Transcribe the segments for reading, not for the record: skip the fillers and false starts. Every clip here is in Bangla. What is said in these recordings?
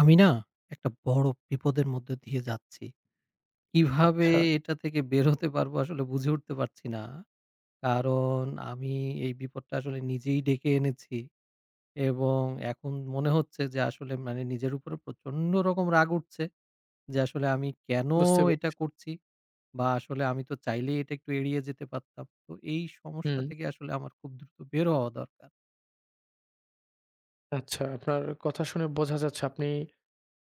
আমি না একটা বড় বিপদের মধ্যে দিয়ে যাচ্ছি। কিভাবে আচ্ছা, এটা থেকে বের হতে পারবো আসলে বুঝে উঠতে পারছি না। কারণ আমি এই বিপদটা আসলে নিজেই ডেকে এনেছি এবং এখন মনে হচ্ছে যে আসলে মানে নিজের উপরে প্রচন্ড রকম রাগ উঠছে যে আসলে আমি কেন বুঝতে এটা পেরেছি। করছি বা আসলে আমি তো চাইলেই এটা একটু এড়িয়ে যেতে পারতাম। তো এই সমস্যা হুম, থেকে আসলে আমার খুব দ্রুত বের হওয়া দরকার। আচ্ছা আপনার কথা শুনে বোঝা যাচ্ছে আপনি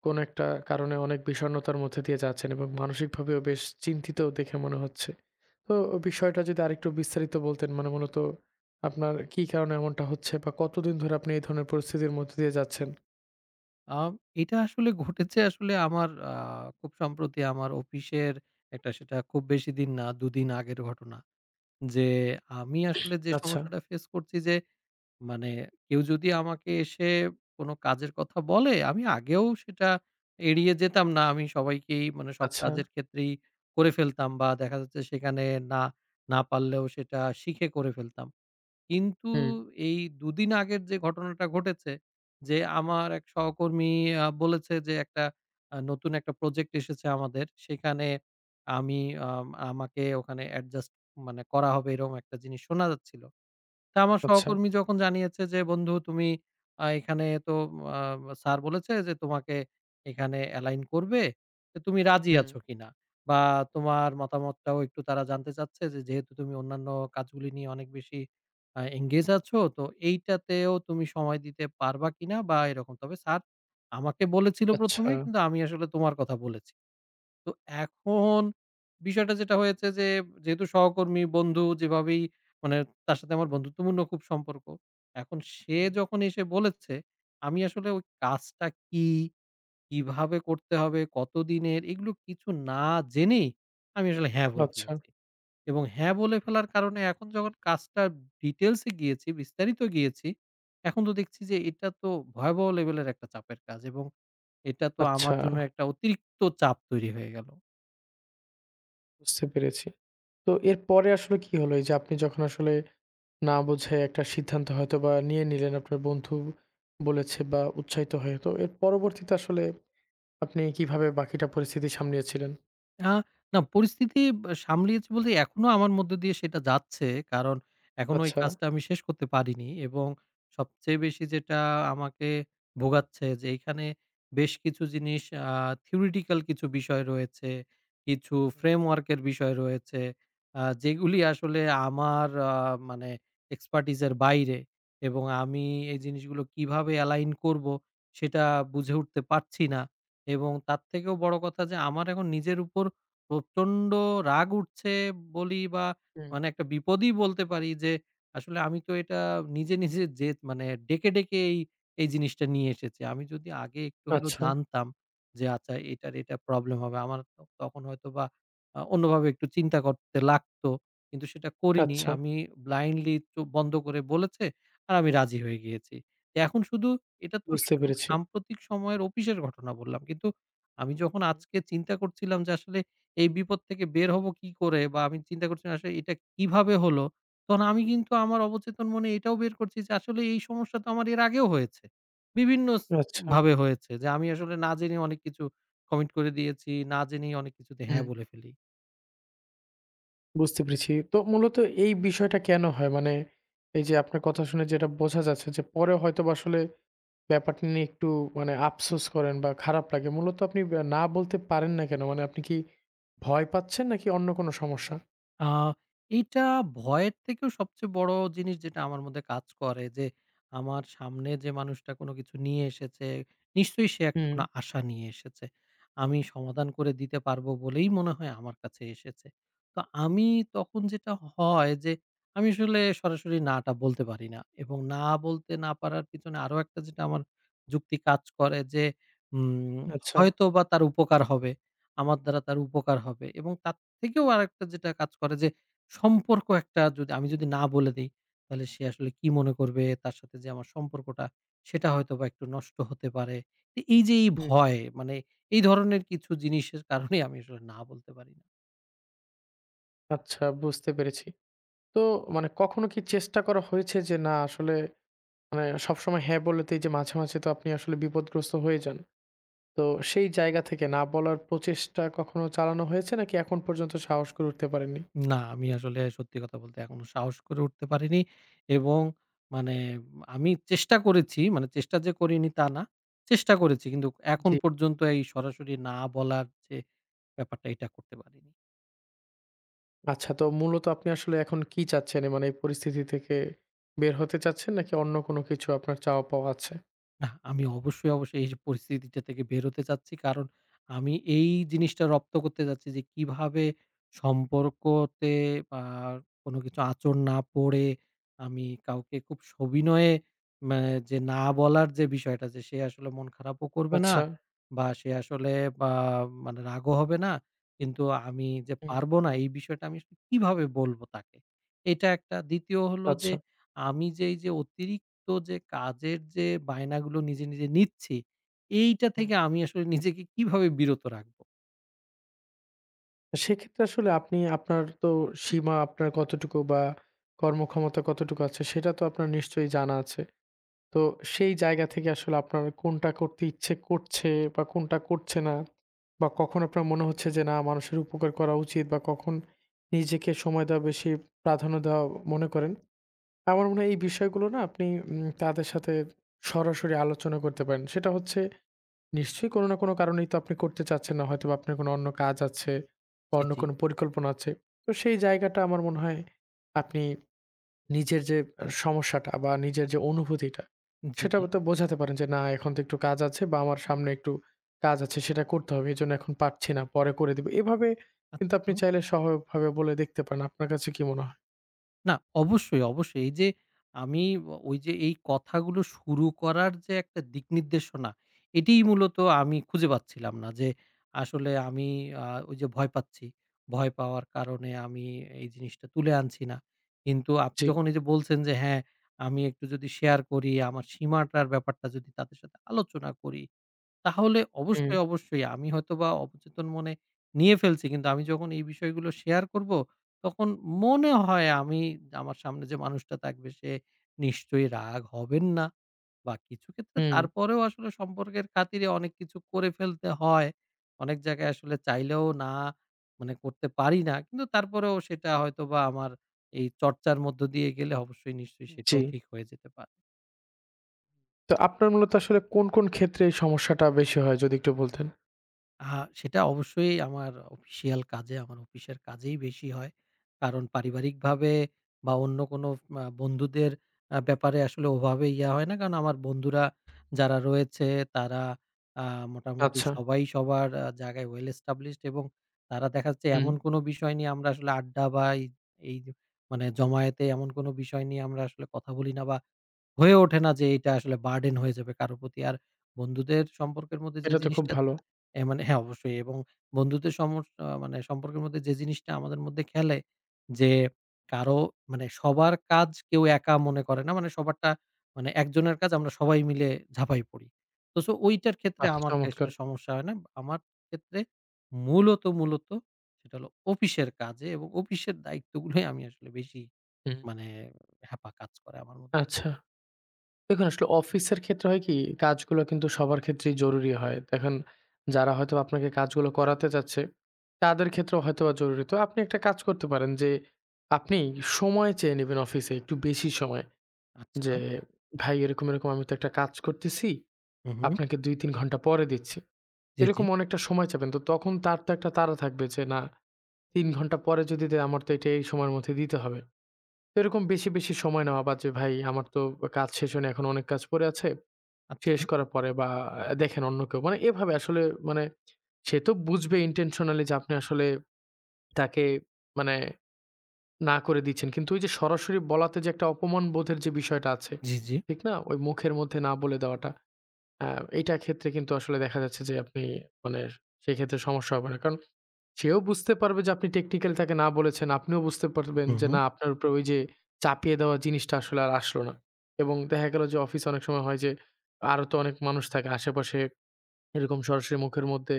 কোনো একটা কারণে অনেক বিষণ্ণতার মধ্যে দিয়ে যাচ্ছেন এবং মানসিকভাবেও বেশ চিন্তিত দেখে মনে হচ্ছে। তো বিষয়টা যদি আরেকটু বিস্তারিত বলতেন মানে মূলত আপনার কি কারণে এমনটা হচ্ছে বা কতদিন ধরে আপনি এই ধরনের পরিস্থিতির মধ্যে দিয়ে যাচ্ছেন? আম এটা আসলে ঘটেছে আসলে আমার খুব সম্প্রতি আমার অফিসের একটা সেটা খুব বেশি দিন না, ২ দিন আগের ঘটনা। যে আমি আসলে যে আচ্ছা, সমস্যাটা ফেস করছি যে মানে কেউ যদি আমাকে এসে কোনো কাজের কথা বলে, আমি আগেও সেটা এড়িয়ে যেতাম না। আমি সবাইকেই মানে সব আচ্ছা, কাজের ক্ষেত্রেই করে ফেলতাম বা দেখা যাচ্ছে সেখানে না, না পারলেও সেটা শিখে করে ফেলতাম। কিন্তু হুম, এই ২ দিন আগের যে ঘটনাটা ঘটেছে যে, আমার এক সহকর্মী বলেছে যে, একটা নতুন একটা প্রজেক্ট এসেছে আমাদের। সেখানে আমি আম আমাকে ওখানে অ্যাডজাস্ট মানে করা হবে এরকম একটা জিনিস শোনা যাচ্ছিল। তা আমার আচ্ছা, সহকর্মী যখন জানিয়েছে যে, "বন্ধু তুমি এখানে তো আ স্যার বলেছে যে তোমাকে এখানে এলাইন করবে। তো তুমি রাজি হুম, আছো কিনা?" বা তোমার মতামতটাও একটু তারা জানতে চাচ্ছে যে, "যেহেতু তুমি অন্যান্য কাজগুলি নিয়ে অনেক বেশি এনগেজ আছো, তো এইটাতেও তুমি সময় দিতে পারবা কিনা?" বা এরকম। তবে স্যার আমাকে বলেছিল ১ম এ আচ্ছা, কিন্তু আমি আসলে তোমার কথা বলেছি। তো এখন বিষয়টা যেটা হয়েছে যে, যেহেতু সহকর্মী, বন্ধু যেভাবেই মানে তার সাথে আমার বন্ধুত্বপূর্ণ খুব সম্পর্ক। এখন সে হুম, যখন এসে বলেছে, আমি আসলে ওই কাজটা কি, কিভাবে করতে হবে, কতদিনের এগুলো কিছু না জেনেই আমি আসলে হ্যাঁ বলে আচ্ছা, ফেলেছি। এবং হ্যাঁ বলে ফেলার কারণে এখন যখন কাজটার ডিটেইলস এ গিয়েছি, বিস্তারিত গিয়েছি, এখন তো দেখছি যে এটা তো ভয়াবহ লেভেলের একটা চাপের কাজ এবং এটা তো আমার আচ্ছা জন্য একটা অতিরিক্ত চাপ তৈরি হয়ে গেল। বুঝতে পেরেছি। তো এরপরে আসলে কি হলো? এই যে আপনি যখন আসলে না বুঝে একটা সিদ্ধান্ত হয়তোবা নিয়ে নিলেন আপনার বন্ধু বলেছে বা উৎসাহিত হয়ে। তো এর পরবর্তীতে আসলে আপনি কিভাবে বাকিটা পরিস্থিতি সামলিয়েছিলেন? আ না পরিস্থিতি বা সামলিয়েছি বলতে এখনো আমার মধ্য দিয়ে সেটা যাচ্ছে। কারণ এখনো ওই আচ্ছা। কাজটা আমি শেষ করতে পারিনি এবং সবচেয়ে বেশি যেটা আমাকে ভোগাচ্ছে যে এইখানে বেশ কিছু জিনিস আ থিওরিটিক্যাল কিছু বিষয় রয়েছে, কিছু হুম, ফ্রেমওয়ার্ক এর বিষয় রয়েছে। যেগুলি আসলে আমার মানে এক্সপার্টিজ এর বাইরে এবং আমি এই জিনিসগুলো কিভাবে অ্যালাইন করব সেটা বুঝে উঠতে পারছি না। এবং তার থেকেও বড় কথা যে আমার এখন নিজের উপর প্রচন্ড রাগ উঠছে বলি বা হুম। মানে একটা বিপদই বলতে পারি যে আসলে আমি তো এটা নিজে, নিজে জেদ মানে ডেকে, ডেকে এই জিনিসটা নিয়ে এসেছি। আমি যদি আগে একটু হলেও আচ্ছা, জানতাম যে আচ্ছা এটার এটা প্রবলেম হবে আমার তো তখন হয়তোবা অন্যভাবে একটু চিন্তা করতে লাগতো। কিন্তু সেটা করিনি। আচ্ছা। আমি ব্লাইন্ডলি চোখ বন্ধ করে বলেছে আর আমি রাজি হয়ে গিয়েছি। তো এখন শুধু এটা তো বুঝতে খুব পেরেছি। সাম্প্রতিক সময়ের অফিসের ঘটনা বললাম। কিন্তু আমি যখন হুম। আজকে চিন্তা করছিলাম যে আসলে এই বিপদ থেকে বের হবো কি করে? বা আমি চিন্তা করছিলাম আসলে এটা কিভাবে হলো? তখন আমি কিন্তু আমার অবচেতন মনে এটাও বের করছি যে আসলে এই সমস্যা তো আমার এর আগেও হয়েছে। বিভিন্ন আচ্ছা, ভাবে হয়েছে যে আমি আসলে না জেনে অনেক কিছু কমিট করে দিয়েছি, না জেনেই অনেক কিছুতে হ্যাঁ হুম। বলে ফেলি। বুঝতে পেরেছি। তো মূলত এই বিষয়টা কেন হয়? মানে এই যে আপনার কথা শুনে যেটা বোঝা যাচ্ছে যে পরে হয়তোবা আসলে ব্যাপারটা নিয়ে একটু মানে আফসোস করেন বা খারাপ লাগে। মূলত আপনি না বলতে পারেন না কেন? মানে আপনি কি ভয় পাচ্ছেন নাকি অন্য কোনো সমস্যা? আ এইটা ভয়ের থেকেও সবচেয়ে বড় জিনিস যেটা আমার মধ্যে কাজ করে যে, আমার সামনে যে মানুষটা কোনো কিছু নিয়ে এসেছে, নিশ্চয়ই সে একটা হুম। কোনো আশা নিয়ে এসেছে। আমি সমাধান করে দিতে পারবো বলেই মনে হয় আমার কাছে এসেছে। তো আমি তখন যেটা হয় যে, আমি আসলে সরাসরি না টা বলতে পারি না এবং না বলতে না পারার পিছনে আরো একটা যেটা আমার যুক্তি কাজ করে যে, উম আচ্ছা। হয়তোবা তার উপকার হবে, আমার দ্বারা তার উপকার হবে এবং তার থেকেও আরেকটা যেটা কাজ করে যে সম্পর্ক একটা যদি আমি যদি না বলে দেই, তাহলে সে আসলে কি মনে করবে? তার সাথে যে আমার সম্পর্কটা সেটা হয়তোবা একটু নষ্ট হতে পারে। তো এই যে এই হুম। ভয় মানে এই ধরনের কিছু জিনিসের কারণেই আমি আসলে না বলতে পারি না। আচ্ছা বুঝতে পেরেছি। তো মানে কখনো কি চেষ্টা করা হয়েছে যে না আসলে মানে সবসময় হ্যাঁ বলতেই যে মাঝে, মাঝে তো আপনি আসলে বিপদগ্রস্ত হয়ে যান। তো সেই জায়গা থেকে না বলার প্রচেষ্টা কখনো চালানো হয়েছে নাকি এখন পর্যন্ত সাহস করে উঠতে পারেননি? না, আমি আসলে সত্যি কথা বলতে এখনো সাহস করে উঠতে পারিনি এবং মানে আমি চেষ্টা করেছি মানে চেষ্টা যে করিনি তা না। চেষ্টা করেছি কিন্তু এখন জি। পর্যন্ত এই সরাসরি না বলার যে ব্যাপারটা এটা করতে পারিনি। আচ্ছা তো মূলত আপনি আসলে এখন কি চাচ্ছেন? এ মানে এই পরিস্থিতি থেকে বের হতে চাচ্ছেন নাকি অন্য কোনো কিছু আপনার চাওয়া পাওয়া আছে? না, আমি অবশ্যই, অবশ্যই এই যে পরিস্থিতিটা থেকে বেরোতে চাচ্ছি। কারণ আমি এই জিনিসটা রপ্ত করতে চাচ্ছি যে কিভাবে সম্পর্কতে বা কোনো কিছু আঁচড় না পড়ে আমি কাউকে খুব সবিনয়ে ম্যা যে না বলার যে বিষয়টা যে সে আসলে মন খারাপও করবে না আচ্ছা। বা সে আসলে বা মানে রাগও হবে না। কিন্তু আমি যে হুম। পারব না এই বিষয়টা আমি আসলে কিভাবে বলব তাকে? এটা একটা। ২য় হলো যে আচ্ছা। আমি যে এই যে অতিরিক্ত তো যে কাজের যে বায়নাগুলো নিজে, নিজে নিচ্ছি, এইটা হুম। থেকে আমি আসলে নিজেকে কিভাবে বিরত রাখবো? সেক্ষেত্রে আসলে আপনি আপনার তো সীমা আপনার কতটুকু বা কর্মক্ষমতা কতটুকু আছে সেটা তো আপনার নিশ্চয়ই জানা আছে। তো সেই জায়গা থেকে আসলে আপনার কোনটা করতে ইচ্ছে করছে বা কোনটা করছে না বা কখন আপনার মনে হচ্ছে যে না মানুষের উপকার করা উচিত বা কখন নিজেকে সময় দেওয়া বেশি প্রাধান্য দেওয়া মনে করেন। আমার মনে হয় এই বিষয়গুলো না আপনি তাদের সাথে সরাসরি আলোচনা করতে পারেন। সেটা হচ্ছে নিশ্চয়ই কোনো না কোনো কারণেই তো আপনি করতে চাচ্ছেন না। হয়তোবা আপনার কোনো অন্য কাজ আছে বা জি, অন্য জি। কোনো পরিকল্পনা আছে। তো সেই জায়গাটা আমার মনে হয় আপনি নিজের যে সমস্যাটা বা নিজের যে অনুভূতিটা, জি, সেটা জি। তো বোঝাতে পারেন যে, "না, এখন তো একটু কাজ আছে বা আমার সামনে একটু কাজ আছে, সেটা করতে হবে। এজন্য এখন পারছি না। পরে করে দিব।" এভাবে কিন্তু আচ্ছা। আপনি চাইলে সহায়কভাবে বলে দেখতে পারেন। আপনার কাছে কি মনে হয়? না, অবশ্যই, অবশ্যই। এই যে আমি ওই যে এই কথাগুলো শুরু করার যে একটা দিক নির্দেশনা, এটিই মূলত আমি খুঁজে পাচ্ছিলাম না যে আসলে আমি ওই যে ভয় পাচ্ছি। ভয় পাওয়ার কারণে আমি এই জিনিসটা তুলে আনছি না। কিন্তু আপনি জি। যখন এই যে বলছেন যে, হ্যাঁ, আমি একটু যদি শেয়ার করি, আমার সীমাটার ব্যাপারটা যদি তাদের সাথে আলোচনা করি তাহলে হুম, অবশ্যই, অবশ্যই আমি হয়তোবা অবচেতন মনে নিয়ে ফেলছি। কিন্তু আমি যখন এই বিষয়গুলো শেয়ার করব, তখন মনে হয় আমি আমার সামনে যে মানুষটা থাকবে সে নিশ্চয়ই রাগ হবেন না বা কিছু ক্ষেত্রে হুম। তারপরেও আসলে সম্পর্কের খাতিরে অনেক কিছু করে ফেলতে হয়। অনেক জায়গায় আসলে চাইলেও না মানে করতে পারি না। কিন্তু তারপরেও সেটা হয়তোবা আমার এই চর্চার মধ্য দিয়ে গেলে অবশ্যই নিশ্চয়ই সেটাও জি। ঠিক হয়ে যেতে পারে। তো আপনার মূলত আসলে কোন, কোন ক্ষেত্রে এই সমস্যাটা বেশি হয়? যদি একটু বলতেন। আহা সেটা অবশ্যই আমার অফিসিয়াল কাজে, আমার অফিসের কাজেই বেশি হয়। কারণ পারিবারিকভাবে বা অন্য কোনো বন্ধুদের ব্যাপারে আসলে ওভাবে ইয়া হয় না। কারণ আমার বন্ধুরা যারা রয়েছে তারা আ মোটামুটি আচ্ছা। সবাই সবার জায়গায় well established এবং তারা দেখা যাচ্ছে হুম। এমন কোনো বিষয় নিয়ে আমরা আসলে আড্ডা বা এই এই যে মানে জমায়েতে এমন কোনো বিষয় নিয়ে আমরা আসলে কথা বলি না বা হয়ে ওঠে না যে এটা আসলে বার্ডেন হয়ে যাবে কারো প্রতি। আর বন্ধুদের সম্পর্কের মধ্যে যে এটা তো খুব জিনিসটা ভালো। এ মানে হ্যাঁ, অবশ্যই এবং বন্ধুদের সমস্যা মানে সম্পর্কের মধ্যে যে জিনিসটা আমাদের মধ্যে খেলে যে কারো মানে সবার কাজ কেউ একা মনে করে না। মানে সবারটা মানে একজনের কাজ আমরা সবাই মিলে ঝাঁপাই পড়ি। তো সো ওইটার ক্ষেত্রে বাহ! আমার আসলে চমৎকার। সমস্যা হয় না। আমার ক্ষেত্রে মূলত, মূলত সেটা হলো অফিসের কাজে এবং অফিসের দায়িত্বগুলোই আমি আসলে বেশি হুম। মানে হ্যাপা কাজ করে আমার মধ্যে। আচ্ছা। দেখুন আসলে অফিসের ক্ষেত্রে হয় কি, কাজগুলো কিন্তু সবার ক্ষেত্রেই জরুরি হয়। দেখেন যারা হয়তো আপনাকে কাজগুলো করাতে চাচ্ছে, তাদের ক্ষেত্রেও হয়তোবা জরুরি। তো আপনি একটা কাজ করতে পারেন যে, আপনি সময় চেয়ে নিবেন অফিসে, একটু বেশি সময়। আচ্ছা। যে, "ভাই এরকম, এরকম আমি তো একটা কাজ করতেছি, হুম, হুম। আপনাকে ২-৩ ঘন্টা পরে দিচ্ছি।" জি, জি। এরকম অনেকটা সময় চাবেন। তো তখন তার তো একটা তাড়া থাকবে যে, "না, ৩ ঘন্টা পরে যদি দেয়, আমার তো এটা এই সময়ের মধ্যে দিতে হবে।" তো এরকম বেশি, বেশি সময় নেওয়া বা যে ভাই আমার তো কাজ শেষ হয়নি, এখন অনেক কাজ পড়ে আছে। আচ্ছা। শেষ করার পরে বা দেখেন অন্য কেউ। মানে এভাবে আসলে মানে সে তো বুঝবে intentionally যে আপনি আসলে তাকে মানে না করে দিচ্ছেন। কিন্তু ওই যে সরাসরি বলাতে যে একটা অপমান বোধের যে বিষয়টা আছে, জি, জি। ঠিক না? ওই মুখের মধ্যে না বলে দেওয়াটা। আ এইটার ক্ষেত্রে কিন্তু আসলে দেখা যাচ্ছে যে আপনি মানে সেক্ষেত্রে সমস্যা হবে না। কারণ সেও বুঝতে পারবে যে আপনি টেকনিক্যালি তাকে না বলেছেন। আপনিও বুঝতে পারবেন হুম, যে হুম। না আপনার উপরে ওই যে চাপিয়ে দেওয়া জিনিসটা আসলে আর আসলো না। এবং দেখা গেল যে অফিসে অনেক সময় হয় যে আরো তো অনেক মানুষ থাকে আশেপাশে এরকম সরাসরি মুখের মধ্যে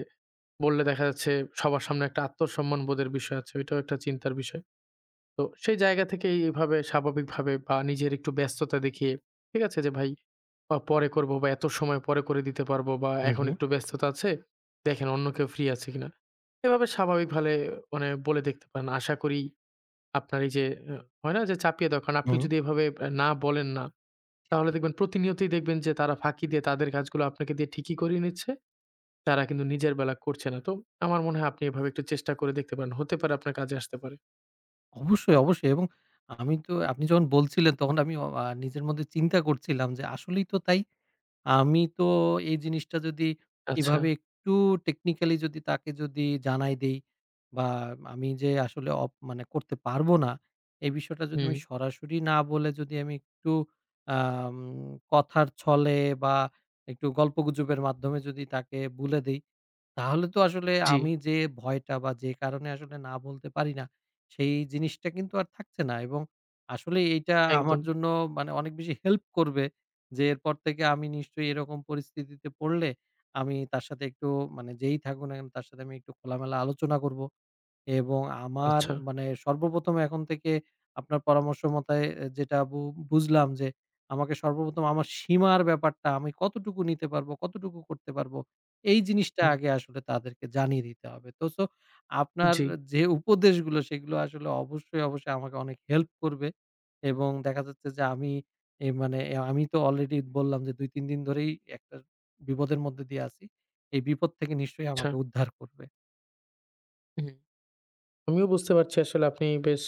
বললে দেখা যাচ্ছে সবার সামনে একটা আত্মসম্মান বোধের বিষয় আছে। ওইটাও একটা চিন্তার বিষয়। তো সেই জায়গা থেকে এইভাবে স্বাভাবিকভাবে বা নিজের একটু ব্যস্ততা দেখিয়ে ঠিক আছে যে ভাই বা পরে করব বা এত সময় পরে করে দিতে পারবো বা হুম, এখন হুম। একটু ব্যস্ততা আছে। দেখেন অন্য কেউ ফ্রি আছে কিনা। এভাবে স্বাভাবিকভাবে মানে বলে দেখতে পারেন। আশা করি আপনার এই যে আ হয় না যে চাপিয়ে দেওয়া, কারণ আপনি হুম। যদি এভাবে না বলেন না, জি, তাহলে জি। দেখবেন প্রতিনিয়তই দেখবেন যে তারা ফাঁকি দিয়ে তাদের কাজগুলো আপনাকে দিয়ে ঠিকই করিয়ে নিচ্ছে। তারা কিন্তু নিজের বেলা করছে না। তো আমার মনে হয় আপনি এভাবে একটু চেষ্টা করে দেখতে পারেন। হতে পারে আপনার কাজে আসতে পারে। অবশ্যই, অবশ্যই এবং আমি তো আপনি যখন বলছিলেন তখন আমি অ আ নিজের মধ্যে চিন্তা করছিলাম যে আসলেই তো তাই। আমি তো এই জিনিসটা যদি আচ্ছা। এভাবে একটু টেকনিক্যালি যদি তাকে যদি জানাই দেই বা আমি যে আসলে মানে করতে পারবো না, এই বিষয়টা যদি হুম। আমি সরাসরি না বলে যদি আমি একটু আম কথার ছলে বা একটু গল্পগুজবের মাধ্যমে যদি তাকে বলে দেই, তাহলে তো আসলে জি। আমি যে ভয়টা বা যে কারণে আসলে না বলতে পারি না, সেই জিনিসটা কিন্তু আর থাকছে না এবং আসলে এইটা আমার একদম। জন্য মানে অনেক বেশি হেল্প করবে। যে এরপর থেকে আমি নিশ্চয়ই এরকম পরিস্থিতিতে পড়লে আমি তার সাথে একটু মানে যেই থাকুক না কেন তার সাথে আমি একটু খোলামেলা আলোচনা করব। এবং আমার আচ্ছা। মানে সর্বপ্রথম এখন থেকে আপনার পরামর্শ মতায় এ যেটা বুঝলাম যে আমাকে সর্বপ্রথম আমার সীমার ব্যাপারটা আমি কতটুকু নিতে পারবো, কতটুকু করতে পারবো, এই জিনিসটা হুম। আগে আসলে তাদেরকে জানিয়ে দিতে হবে। তো সো আপনার জি। যে উপদেশগুলো সেগুলো আসলে অবশ্যই, অবশ্যই আমাকে অনেক হেল্প করবে এবং দেখা যাচ্ছে যে আমি এ মানে এ আমি তো অলরেডি বললাম যে ২-৩ দিন ধরেই একটা বিপদের মধ্যে দিয়ে আছি। এই বিপদ থেকে নিশ্চয়ই আচ্ছা। আমাকে উদ্ধার করবে। হুম। আমিও বুঝতে পারছি আসলে আপনি বেশ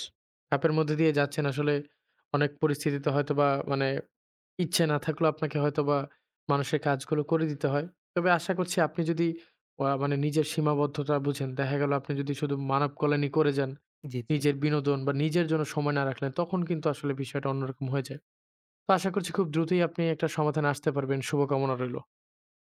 চাপের মধ্যে দিয়ে যাচ্ছেন। আসলে অনেক পরিস্থিতিতে হয়তোবা মানে ইচ্ছে না থাকলেও আপনাকে হয়তোবা মানুষের কাজগুলো করে দিতে হয়। তবে আশা করছি আপনি যদি মানে নিজের সীমাবদ্ধতা বুঝেন, দেখা গেল আপনি যদি শুধু মানব কল্যাণই করে যান, জি, জি। নিজের বিনোদন বা নিজের জন্য সময় না রাখলেন, তখন কিন্তু আসলে বিষয়টা অন্যরকম হয়ে যায়। তো আশা করছি খুব দ্রুতই আপনি একটা সমাধানে আসতে পারবেন। শুভকামনা রইল।